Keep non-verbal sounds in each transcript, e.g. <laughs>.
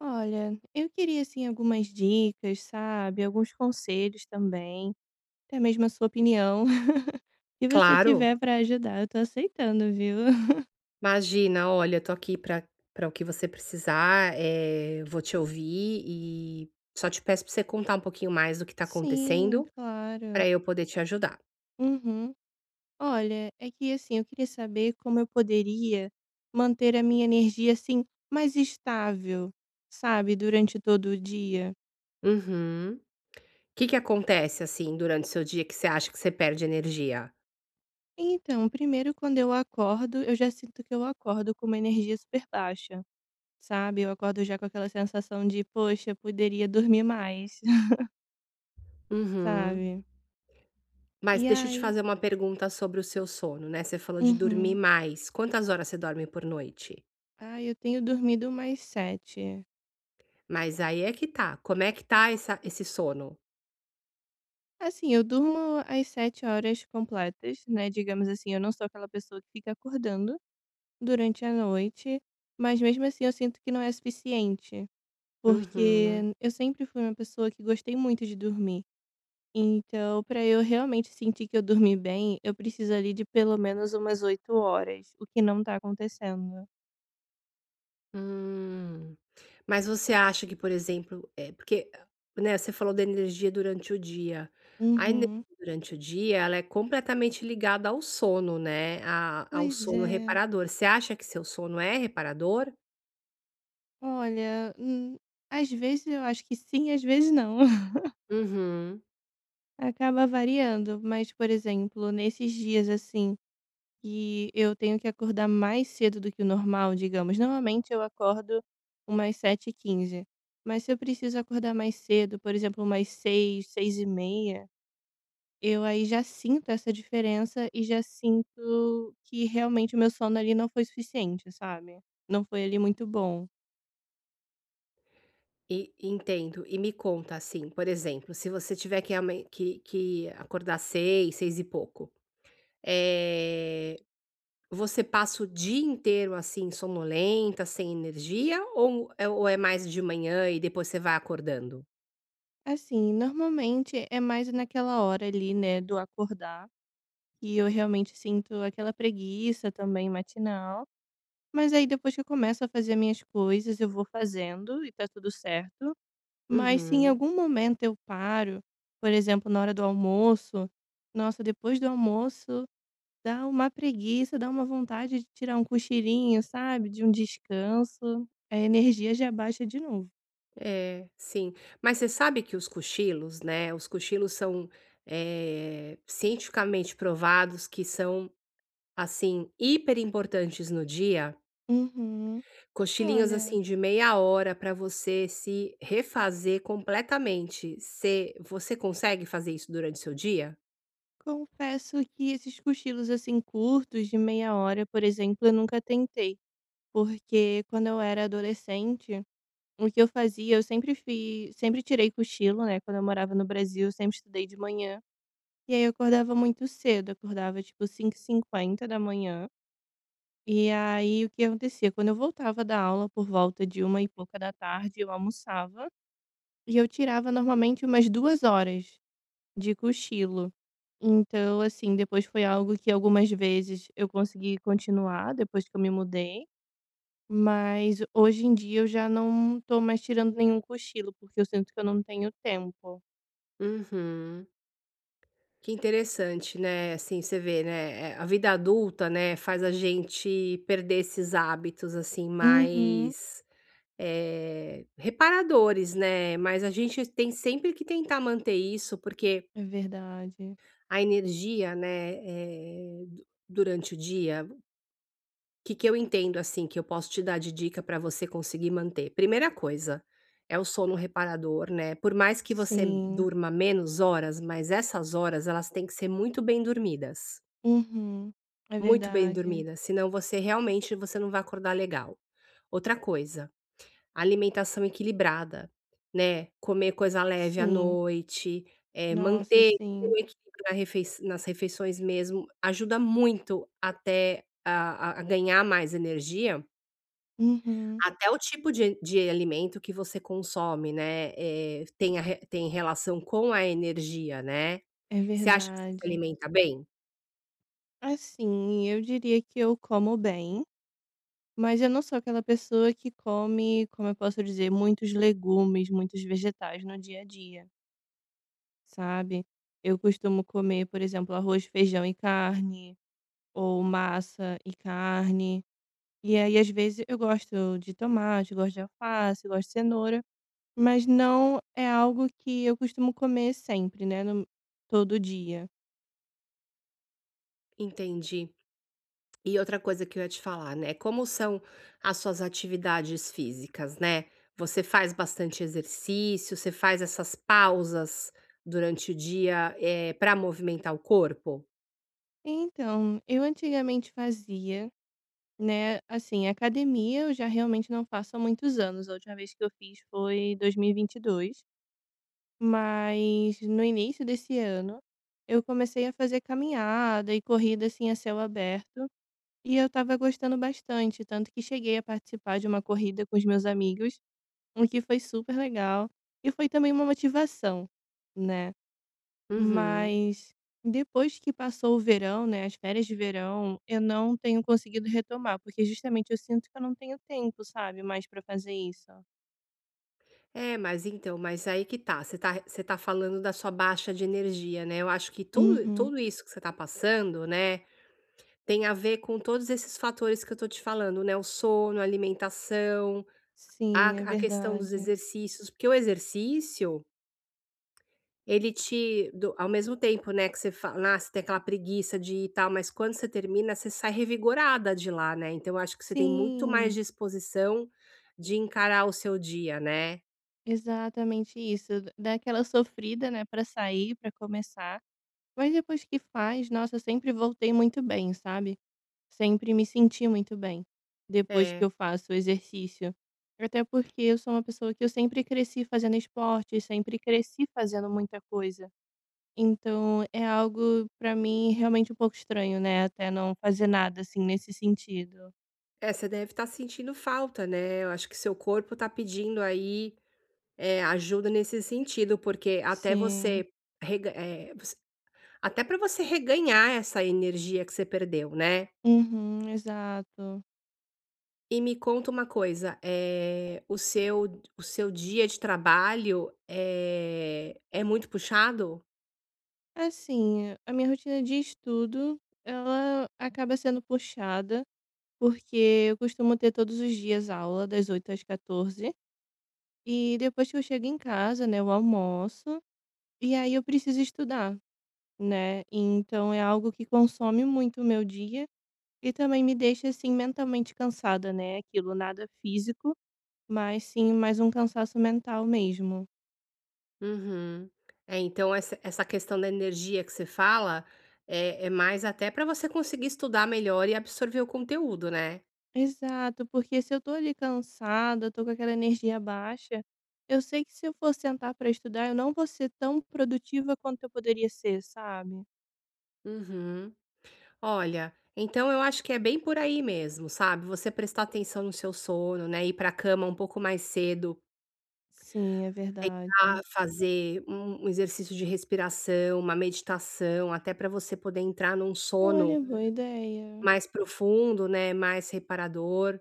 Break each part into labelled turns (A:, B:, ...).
A: Olha, eu queria assim algumas dicas, sabe? Alguns conselhos também, até mesmo a sua opinião, <laughs> que você
B: Claro,
A: tiver para ajudar, eu tô aceitando, viu? <laughs>
B: imagina, olha, tô aqui para o que você precisar, vou te ouvir e só te peço para você contar um pouquinho mais do que tá
A: Sim,
B: acontecendo,
A: claro.
B: para eu poder te ajudar.
A: Uhum. Olha, é que assim, eu queria saber como eu poderia manter a minha energia assim mais estável, sabe, durante todo o dia.
B: Uhum. Que acontece, assim, durante o seu dia que você acha que você perde energia?
A: Então, primeiro quando eu acordo, eu já sinto que eu acordo com uma energia super baixa. Sabe, eu acordo já com aquela sensação de: "Poxa, eu poderia dormir mais", <laughs>
B: Uhum.
A: sabe.
B: Mas
A: E
B: deixa eu te
A: aí
B: fazer uma pergunta sobre o seu sono, né, você falou de dormir
A: uhum.
B: mais, quantas horas você dorme por noite?
A: Ai, eu tenho dormido mais sete.
B: Mas aí é que tá, como é que tá essa esse sono?
A: Assim, eu durmo as 7 horas completas, né, digamos assim, eu não sou aquela pessoa que fica acordando durante a noite, mas mesmo assim eu sinto que não é suficiente,
B: Uhum.
A: porque eu sempre fui uma pessoa que gostei muito de dormir. Então, para eu realmente sentir que eu dormi bem, eu preciso ali de pelo menos umas 8 horas, o que não tá acontecendo.
B: Hum. Mas você acha que, por exemplo, é porque, né, você falou da energia durante o dia. A energia
A: Uhum.
B: durante o dia, ela é completamente ligada ao sono, né, a ao
A: Pois
B: sono
A: é.
B: reparador. Você acha que seu sono é reparador?
A: Olha, às vezes eu acho que sim, às vezes não. <laughs>
B: Uhum.
A: Acaba variando, mas, por exemplo, nesses dias assim que eu tenho que acordar mais cedo do que o normal, digamos. Normalmente eu acordo umas sete h 15, mas se eu preciso acordar mais cedo, por exemplo, umas seis, seis e meia. Eu aí já sinto essa diferença e já sinto que realmente o meu sono ali não foi suficiente, sabe? Não foi ali muito bom.
B: E entendo. E me conta, assim, por exemplo, se você tiver que amen que acordar 6 6 e pouco, eh Você passa o dia inteiro, assim, sonolenta, sem energia, ou é mais de manhã e depois você vai acordando?
A: Assim, normalmente é mais naquela hora ali, né, do acordar, que eu realmente sinto aquela preguiça também matinal. Mas aí depois que eu começo a fazer minhas coisas, eu vou fazendo e tá tudo certo. Mas se em
B: Uhum.
A: algum momento eu paro, por exemplo, na hora do almoço, nossa, depois do almoço dá uma preguiça, dá uma vontade de tirar um cochilinho, sabe, de um descanso, a energia já baixa de novo.
B: É, sim. Mas você sabe que os cochilos, né, os cochilos são, cientificamente provados que são, assim, hiperimportantes no dia?
A: Uhum.
B: Cochilinhos,
A: Olha,
B: assim, de 30 minutos para você se refazer completamente. Você consegue fazer isso durante o seu dia?
A: confesso que esses cochilos, assim, curtos de meia hora, por exemplo, eu nunca tentei, porque quando eu era adolescente, o que eu fazia, eu sempre fiz, sempre tirei cochilo, né, quando eu morava no Brasil, eu sempre estudei de manhã, e aí eu acordava muito cedo, acordava tipo cinco e 50 da manhã. E aí o que acontecia, quando eu voltava da aula por volta de uma e pouca da tarde, eu almoçava e eu tirava normalmente umas 2 horas de cochilo. Então, assim, depois foi algo que algumas vezes eu consegui continuar depois que eu me mudei, mas hoje em dia eu já não tô mais tirando nenhum cochilo, porque eu sinto que eu não tenho tempo.
B: Uhum. Que interessante, né, assim, você vê, né, a vida adulta, né, faz a gente perder esses hábitos, assim,
A: Uhum,
B: mais, reparadores, né, mas a gente tem sempre que tentar manter isso, porque
A: é verdade.
B: a energia, né, eh, du durante o dia, o que que eu entendo, assim, que eu posso te dar de dica para você conseguir manter? Primeira coisa, é o sono reparador, né, por mais que você
A: Sim.
B: durma menos horas, mas essas horas, elas têm que ser muito bem dormidas.
A: Uhum, é
B: Muito bem
A: verdade.
B: dormida, senão você realmente você não vai acordar legal. Outra coisa, alimentação equilibrada, né, comer coisa leve à
A: Sim.
B: noite,
A: Nossa,
B: manter o
A: sim.
B: equilíbrio na refeiç nas refeições mesmo, ajuda muito até a ganhar mais energia,
A: Uhum.
B: até o tipo de alimento que você consome, né, tem a re tem relação com a energia, né.
A: É
B: Você acha que você se
A: verdade.
B: alimenta bem?
A: Assim, eu diria que eu como bem, mas eu não sou aquela pessoa que come, como eu posso dizer, muitos legumes, muitos vegetais no dia a dia, sabe? Eu costumo comer, por exemplo, arroz, feijão e carne, ou massa e carne. E aí, às vezes, eu gosto de tomate, gosto de alface, gosto de cenoura, mas não é algo que eu costumo comer sempre, né? Todo dia.
B: Entendi. E outra coisa que eu ia te falar, né, como são as suas atividades físicas, né? Você faz bastante exercício, você faz essas pausas durante o dia, para movimentar o corpo?
A: Então, eu antigamente fazia. Né, assim, academia eu já realmente não faço há muitos anos, a última vez que eu fiz foi 2022, mas no início desse ano eu comecei a fazer caminhada e corrida, assim, a céu aberto, e eu estava gostando bastante, tanto que cheguei a participar de uma corrida com os meus amigos, o que foi super legal e foi também uma motivação, né?
B: Uhum.
A: Mas depois que passou o verão, né, as férias de verão, eu não tenho conseguido retomar, porque justamente eu sinto que eu não tenho tempo, sabe, mais pra fazer isso.
B: É, mas então, mas aí que tá, você tá falando da sua baixa de energia, né, eu acho que tudo
A: Uhum.
B: tudo isso que você tá passando, né, tem a ver com todos esses fatores que eu tô te falando, né, o sono, a alimentação, a
A: Sim, é
B: a questão dos
A: verdade.
B: exercícios, porque o exercício, ele te do ao mesmo tempo, né, que você fala: "Ah, você tem aquela preguiça de ir e tal", mas quando você termina, você sai revigorada de lá, né, então eu acho que você tem muito mais
A: Sim,
B: disposição de encarar o seu dia, né.
A: exatamente isso. Dá aquela sofrida, né, pra sair, pra começar. Mas depois que faz, nossa, eu sempre voltei muito bem, sabe? Sempre me senti muito bem depois que
B: É.
A: eu faço exercício. Até porque eu sou uma pessoa que eu sempre cresci fazendo esporte, sempre cresci fazendo muita coisa. Então é algo pra mim realmente um pouco estranho, né, até não fazer nada, assim, nesse sentido.
B: É, você deve estar sentindo falta, né, eu acho que seu corpo tá pedindo aí, ajuda nesse sentido, porque até
A: Sim.
B: você você até para você reganhar essa energia que você perdeu, né.
A: Uhum, exato.
B: E me conta uma coisa, o seu dia de trabalho, é muito puxado?
A: Assim, a minha rotina de estudo, ela acaba sendo puxada, porque eu costumo ter todos os dias aula das oito às 14. E depois que eu chego em casa, né, eu almoço, e aí eu preciso estudar, né? Então é algo que consome muito o meu dia e também me deixa assim mentalmente cansada, né? Aquilo nada físico, mas sim mais um cansaço mental mesmo.
B: Uhum. É, então essa questão da energia que você fala, é mais até para você conseguir estudar melhor e absorver o conteúdo, né?
A: Exato, porque se eu tô ali cansada, tô com aquela energia baixa, eu sei que se eu for sentar para estudar, eu não vou ser tão produtiva quanto eu poderia ser, sabe?
B: Uhum. Olha, então eu acho que é bem por aí mesmo, sabe? Você prestar atenção no seu sono, né, ir para a cama um pouco mais cedo,
A: Sim, é
B: a
A: verdade.
B: fazer um exercício de respiração, uma meditação, até para você poder entrar num sono
A: Olha, boa ideia.
B: mais profundo, né, mais reparador.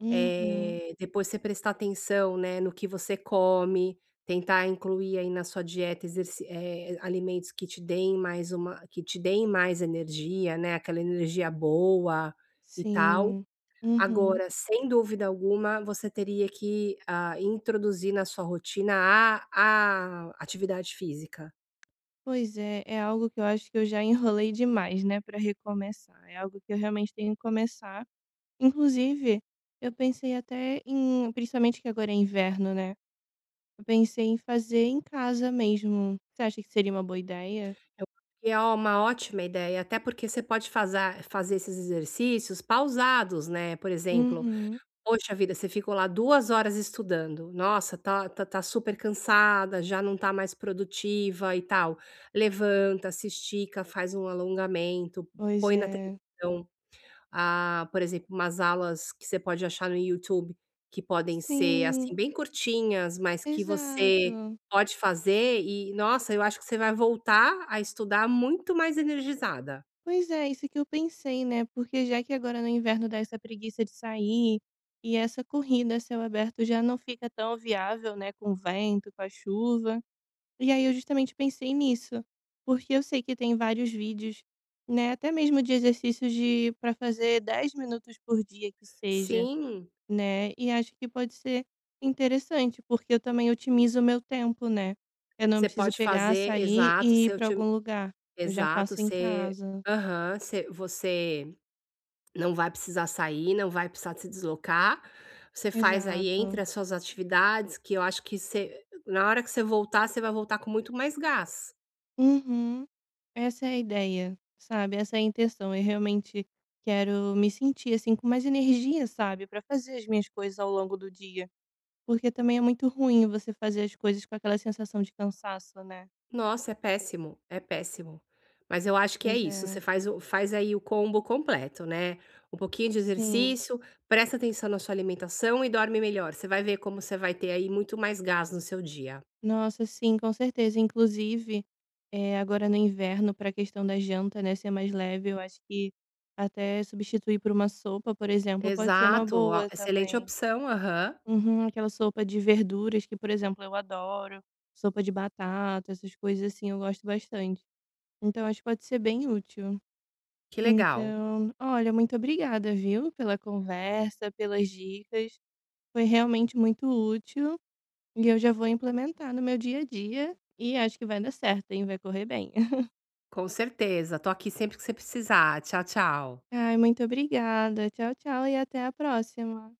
A: Uhum.
B: Depois você prestar atenção, né, no que você come, tentar incluir aí na sua dieta alimentos que te deem mais energia, né, aquela energia boa e tal.
A: Sim. Uhum.
B: Agora, sem dúvida alguma, você teria que, ah, introduzir na sua rotina a atividade física.
A: Pois é, é algo que eu acho que eu já enrolei demais, né, para recomeçar. É algo que eu realmente tenho que começar. Inclusive, eu pensei até em, principalmente que agora é inverno, né? Eu pensei em fazer em casa mesmo. Você acha que seria uma boa ideia?
B: Eu acho que é uma ótima ideia, até porque você pode fazer esses exercícios pausados, né, por exemplo,
A: Uhum.
B: poxa vida, você ficou lá 2 horas estudando, nossa, tá super cansada, já não tá mais produtiva e tal. Levanta, se estica, faz um alongamento,
A: Pois
B: põe na
A: é.
B: televisão, ah, por exemplo, umas aulas que você pode achar no YouTube, que podem ser,
A: Sim,
B: assim, bem curtinhas, mas que você
A: exato.
B: pode fazer e, nossa, eu acho que você vai voltar a estudar muito mais energizada.
A: Pois é, isso que eu pensei, né, porque já que agora no inverno dá essa preguiça de sair, e essa corrida a céu aberto já não fica tão viável, né, com o vento, com a chuva. E aí eu justamente pensei nisso, porque eu sei que tem vários vídeos, né, até mesmo de exercícios de para fazer 10 minutos por dia que seja,
B: Sim,
A: né, e acho que pode ser interessante, porque eu também otimizo o meu tempo, né. Eu não
B: você
A: preciso
B: pode
A: pegar,
B: fazer,
A: sair
B: exato,
A: e ir
B: você
A: para
B: otim
A: algum lugar, eu já
B: exato,
A: faço em
B: você
A: casa.
B: aham, você não vai precisar sair, não vai precisar se deslocar. Você faz aí entre
A: Exato.
B: as suas atividades, que eu acho que você na hora que você voltar, você vai voltar com muito mais gás.
A: Uhum. Essa é a ideia, sabe, essa é a intenção. Eu realmente quero me sentir, assim, com mais energia, sabe, para fazer as minhas coisas ao longo do dia, porque também é muito ruim você fazer as coisas com aquela sensação de cansaço, né.
B: Nossa, é péssimo, é péssimo. Mas eu acho que é
A: Pois
B: isso, você
A: é.
B: faz o faz aí o combo completo, né, um pouquinho de
A: Sim.
B: exercício, presta atenção na sua alimentação e dorme melhor, você vai ver como você vai ter aí muito mais gás no seu dia.
A: Nossa, sim, com certeza. Inclusive, agora no inverno, para a questão da janta, né, ser mais leve, eu acho que até substituir por uma sopa, por exemplo, pode ser uma
B: Exato, ó,
A: boa
B: excelente
A: também.
B: opção, aham.
A: Uhum, aquela sopa de verduras que, por exemplo, eu adoro, sopa de batata, essas coisas assim, eu gosto bastante. Então, acho que pode ser bem útil.
B: Que legal,
A: Então, olha, muito obrigada, viu, pela conversa, pelas dicas. Foi realmente muito útil e eu já vou implementar no meu dia a dia e acho que vai dar certo, hein? Vai correr bem. <laughs>
B: com certeza, tô aqui sempre que você precisar. Tchau, tchau.
A: Ai, muito obrigada. Tchau, tchau e até a próxima.